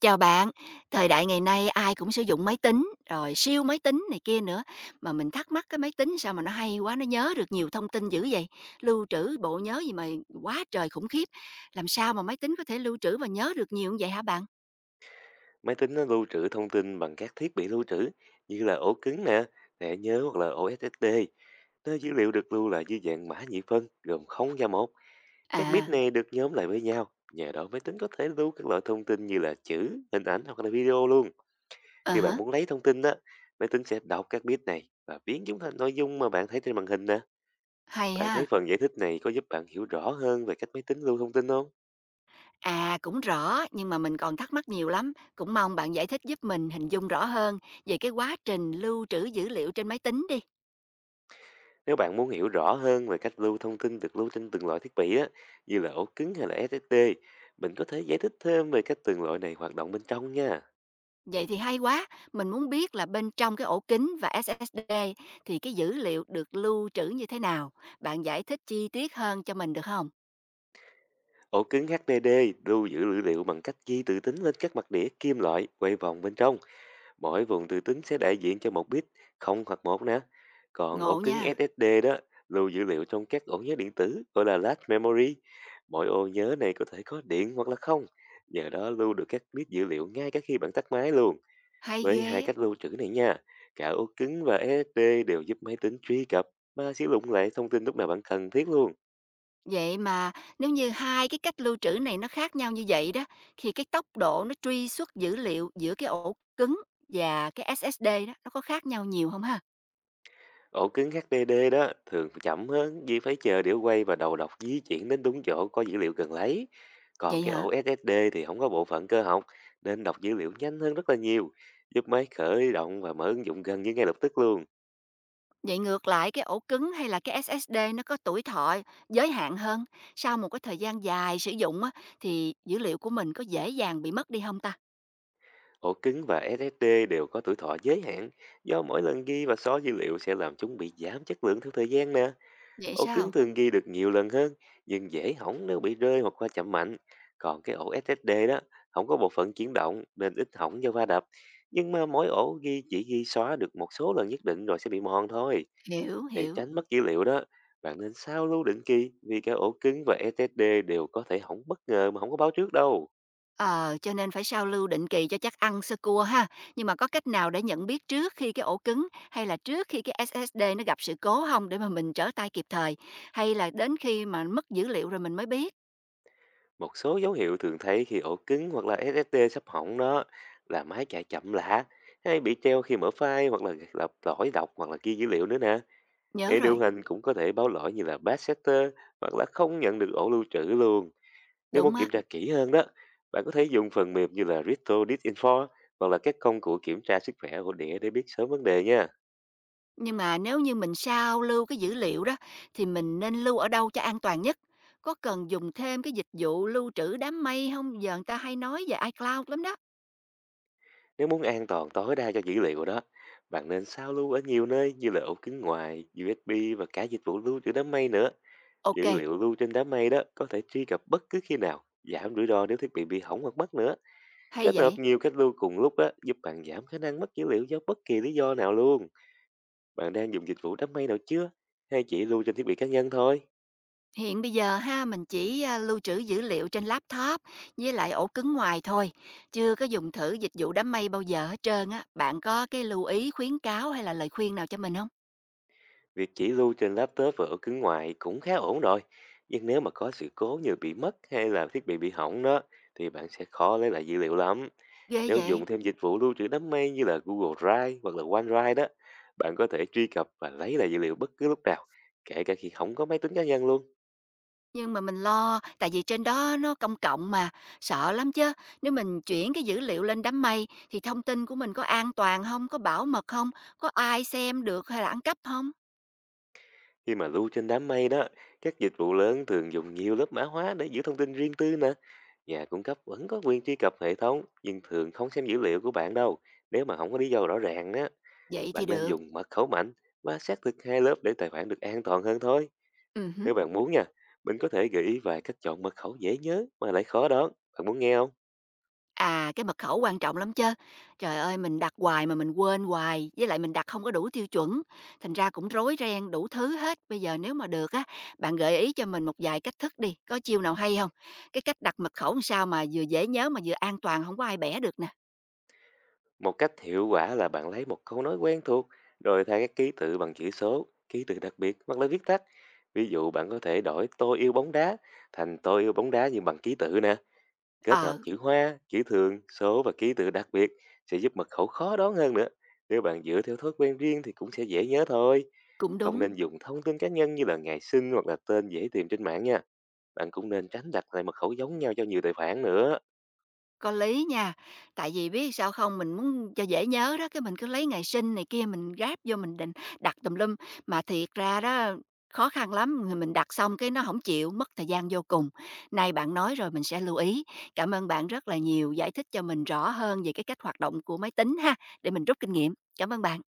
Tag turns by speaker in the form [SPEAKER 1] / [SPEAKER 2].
[SPEAKER 1] Chào bạn, thời đại ngày nay ai cũng sử dụng máy tính, rồi siêu máy tính này kia nữa, mà mình thắc mắc cái máy tính sao mà nó hay quá, nó nhớ được nhiều thông tin dữ vậy, lưu trữ bộ nhớ gì mà quá trời khủng khiếp. Làm sao mà máy tính có thể lưu trữ và nhớ được nhiều như vậy hả bạn?
[SPEAKER 2] Máy tính nó lưu trữ thông tin bằng các thiết bị lưu trữ như là ổ cứng nè, thẻ nhớ hoặc là ổ SSD. Nơi dữ liệu được lưu là dưới dạng mã nhị phân gồm 0 và 1. Các bit
[SPEAKER 1] À,
[SPEAKER 2] này được nhóm lại với nhau. Nhờ đó máy tính có thể lưu các loại thông tin như là chữ, hình ảnh hoặc là video luôn.
[SPEAKER 1] ờ
[SPEAKER 2] Khi bạn
[SPEAKER 1] hả,
[SPEAKER 2] muốn lấy thông tin đó, máy tính sẽ đọc các bit này và biến chúng thành nội dung mà bạn thấy trên màn hình nè.
[SPEAKER 1] hay
[SPEAKER 2] Bạn thấy
[SPEAKER 1] ha.
[SPEAKER 2] phần giải thích này có giúp bạn hiểu rõ hơn về cách máy tính lưu thông tin không?
[SPEAKER 1] À cũng rõ, nhưng mà mình còn thắc mắc nhiều lắm, cũng mong bạn giải thích giúp mình hình dung rõ hơn về cái quá trình lưu trữ dữ liệu trên máy tính đi.
[SPEAKER 2] Nếu bạn muốn hiểu rõ hơn về cách lưu thông tin được lưu trên từng loại thiết bị á, như là ổ cứng hay là SSD, mình có thể giải thích thêm về cách từng loại này hoạt động bên trong nha.
[SPEAKER 1] Vậy thì hay quá, mình muốn biết là bên trong cái ổ kính và SSD thì cái dữ liệu được lưu trữ như thế nào? Bạn giải thích chi tiết hơn cho mình được không?
[SPEAKER 2] Ổ cứng HDD lưu giữ dữ liệu bằng cách di từ tính lên các mặt đĩa kim loại quay vòng bên trong. Mỗi vùng từ tính sẽ đại diện cho một bit, không hoặc một nè. Còn ổ
[SPEAKER 1] Ngộ
[SPEAKER 2] cứng
[SPEAKER 1] nha,
[SPEAKER 2] SSD đó lưu dữ liệu trong các ổ nhớ điện tử gọi là flash memory. Mỗi ô nhớ này có thể có điện hoặc là không. Nhờ đó lưu được các bit dữ liệu ngay cả khi bạn tắt máy luôn.
[SPEAKER 1] hay
[SPEAKER 2] Với
[SPEAKER 1] ghê.
[SPEAKER 2] hai
[SPEAKER 1] Á.
[SPEAKER 2] cách lưu trữ này nha, cả ổ cứng và SSD đều giúp máy tính truy cập và sử dụng lại thông tin lúc nào bạn cần thiết luôn.
[SPEAKER 1] Vậy mà nếu như hai cái cách lưu trữ này nó khác nhau như vậy đó, thì cái tốc độ nó truy xuất dữ liệu giữa cái ổ cứng và cái SSD đó nó có khác nhau nhiều không ha?
[SPEAKER 2] Ổ cứng HDD đó thường chậm hơn vì phải chờ đĩa quay và đầu đọc di chuyển đến đúng chỗ có dữ liệu cần lấy. Còn
[SPEAKER 1] Vậy
[SPEAKER 2] cái ổ
[SPEAKER 1] hả?
[SPEAKER 2] SSD thì không có bộ phận cơ học nên đọc dữ liệu nhanh hơn rất là nhiều, giúp máy khởi động và mở ứng dụng gần như ngay lập tức luôn.
[SPEAKER 1] Vậy ngược lại cái ổ cứng hay là cái SSD nó có tuổi thọ giới hạn hơn, sau một cái thời gian dài sử dụng á thì dữ liệu của mình có dễ dàng bị mất đi không ta?
[SPEAKER 2] Ổ cứng và SSD đều có tuổi thọ giới hạn, do mỗi lần ghi và xóa dữ liệu sẽ làm chúng bị giảm chất lượng theo thời gian nè.
[SPEAKER 1] Vậy
[SPEAKER 2] Ổ cứng
[SPEAKER 1] sao?
[SPEAKER 2] thường ghi được nhiều lần hơn, nhưng dễ hỏng nếu bị rơi hoặc va chạm mạnh. Còn cái ổ SSD đó, không có bộ phận chuyển động nên ít hỏng do va đập. Nhưng mà mỗi ổ ghi chỉ ghi xóa được một số lần nhất định rồi sẽ bị mòn thôi.
[SPEAKER 1] Hiểu,
[SPEAKER 2] Để
[SPEAKER 1] hiểu.
[SPEAKER 2] tránh mất dữ liệu đó, bạn nên sao lưu định kỳ vì cả ổ cứng và SSD đều có thể hỏng bất ngờ mà không có báo trước đâu.
[SPEAKER 1] Ờ, cho nên phải sao lưu định kỳ cho chắc ăn sơ cua ha. Nhưng mà có cách nào để nhận biết trước khi cái ổ cứng hay là trước khi cái SSD nó gặp sự cố không để mà mình trở tay kịp thời, hay là đến khi mà mất dữ liệu rồi mình mới biết?
[SPEAKER 2] Một số dấu hiệu thường thấy khi ổ cứng hoặc là SSD sắp hỏng đó là máy chạy chậm lạ, hay bị treo khi mở file hoặc là gặp lỗi đọc hoặc là ghi dữ liệu nữa nè.
[SPEAKER 1] Nhớ
[SPEAKER 2] Người điều
[SPEAKER 1] rồi,
[SPEAKER 2] hành cũng có thể báo lỗi như là bad setter hoặc là không nhận được ổ lưu trữ luôn. Nếu
[SPEAKER 1] đúng
[SPEAKER 2] muốn
[SPEAKER 1] á.
[SPEAKER 2] kiểm tra kỹ hơn đó, bạn có thể dùng phần mềm như là Rito Disinfo hoặc là các công cụ kiểm tra sức khỏe của đĩa để biết sớm vấn đề nha.
[SPEAKER 1] Nhưng mà nếu như mình sao lưu cái dữ liệu đó thì mình nên lưu ở đâu cho an toàn nhất? Có cần dùng thêm cái dịch vụ lưu trữ đám mây không? Giờ người ta hay nói về iCloud lắm đó.
[SPEAKER 2] Nếu muốn an toàn tối đa cho dữ liệu đó, bạn nên sao lưu ở nhiều nơi như là ổ cứng ngoài, USB và cả dịch vụ lưu trữ đám mây nữa. Dữ
[SPEAKER 1] OK,
[SPEAKER 2] liệu lưu trên đám mây đó có thể truy cập bất cứ khi nào, giảm rủi ro nếu thiết bị hỏng hoặc mất nữa.
[SPEAKER 1] hay
[SPEAKER 2] Kết hợp
[SPEAKER 1] vậy.
[SPEAKER 2] nhiều cách lưu cùng lúc á, giúp bạn giảm khả năng mất dữ liệu do bất kỳ lý do nào luôn. Bạn đang dùng dịch vụ đám mây nào chưa? Hay chỉ lưu trên thiết bị cá nhân thôi?
[SPEAKER 1] Hiện bây giờ ha, mình chỉ, lưu trữ dữ liệu trên laptop với lại ổ cứng ngoài thôi, chưa có dùng thử dịch vụ đám mây bao giờ hết trơn á. Bạn có cái lưu ý, khuyến cáo hay là lời khuyên nào cho mình không?
[SPEAKER 2] Việc chỉ lưu trên laptop và ổ cứng ngoại cũng khá ổn rồi. Nhưng nếu mà có sự cố như bị mất hay là thiết bị hỏng đó, thì bạn sẽ khó lấy lại dữ liệu lắm.
[SPEAKER 1] Ghê
[SPEAKER 2] Nếu
[SPEAKER 1] vậy!
[SPEAKER 2] dùng thêm dịch vụ lưu trữ đám mây như là Google Drive hoặc là OneDrive đó, bạn có thể truy cập và lấy lại dữ liệu bất cứ lúc nào, kể cả khi không có máy tính cá nhân luôn.
[SPEAKER 1] Nhưng mà mình lo, tại vì trên đó nó công cộng mà, sợ lắm chứ. Nếu mình chuyển cái dữ liệu lên đám mây thì thông tin của mình có an toàn không, có bảo mật không, có ai xem được hay là ăn cắp không?
[SPEAKER 2] Khi mà lưu trên đám mây đó, các dịch vụ lớn thường dùng nhiều lớp mã hóa để giữ thông tin riêng tư nè. Nhà cung cấp vẫn có quyền truy cập hệ thống, nhưng thường không xem dữ liệu của bạn đâu. Nếu mà không có lý do rõ ràng á,
[SPEAKER 1] Vậy thì
[SPEAKER 2] bạn nên
[SPEAKER 1] được.
[SPEAKER 2] dùng mật khẩu mạnh và xác thực hai lớp để tài khoản được an toàn hơn thôi.
[SPEAKER 1] Hứm.
[SPEAKER 2] Nếu bạn muốn nha, mình có thể gợi ý vài cách chọn mật khẩu dễ nhớ mà lại khó đoán. Bạn muốn nghe không?
[SPEAKER 1] À, cái mật khẩu quan trọng lắm chứ. Trời ơi, mình đặt hoài mà mình quên hoài, với lại mình đặt không có đủ tiêu chuẩn, thành ra cũng rối ren đủ thứ hết. Bây giờ nếu mà được á, bạn gợi ý cho mình một vài cách thức đi, có chiêu nào hay không? Cái cách đặt mật khẩu làm sao mà vừa dễ nhớ mà vừa an toàn, không có ai bẻ được nè?
[SPEAKER 2] Một cách hiệu quả là bạn lấy một câu nói quen thuộc rồi thay các ký tự bằng chữ số, ký tự đặc biệt hoặc là viết tắt. Ví dụ bạn có thể đổi tôi yêu bóng đá thành tôi yêu bóng đá nhưng bằng ký tự nè. Kết hợp
[SPEAKER 1] Ờ.
[SPEAKER 2] chữ hoa, chữ thường, số và ký tự đặc biệt sẽ giúp mật khẩu khó đoán hơn nữa. Nếu bạn dựa theo thói quen riêng thì cũng sẽ dễ nhớ thôi.
[SPEAKER 1] Cũng
[SPEAKER 2] Không
[SPEAKER 1] đúng,
[SPEAKER 2] nên dùng thông tin cá nhân như là ngày sinh hoặc là tên dễ tìm trên mạng nha. Bạn cũng nên tránh đặt lại mật khẩu giống nhau cho nhiều tài khoản nữa.
[SPEAKER 1] có lý nha. Tại vì biết sao không, mình muốn cho dễ nhớ đó, cái mình cứ lấy ngày sinh này kia mình ráp vô mình định đặt tùm lum, mà thiệt ra đó khó khăn lắm, người mình đặt xong cái nó không chịu, mất thời gian vô cùng. Nay bạn nói rồi mình sẽ lưu ý. Cảm ơn bạn rất là nhiều, giải thích cho mình rõ hơn về cái cách hoạt động của máy tính ha, để mình rút kinh nghiệm. Cảm ơn bạn.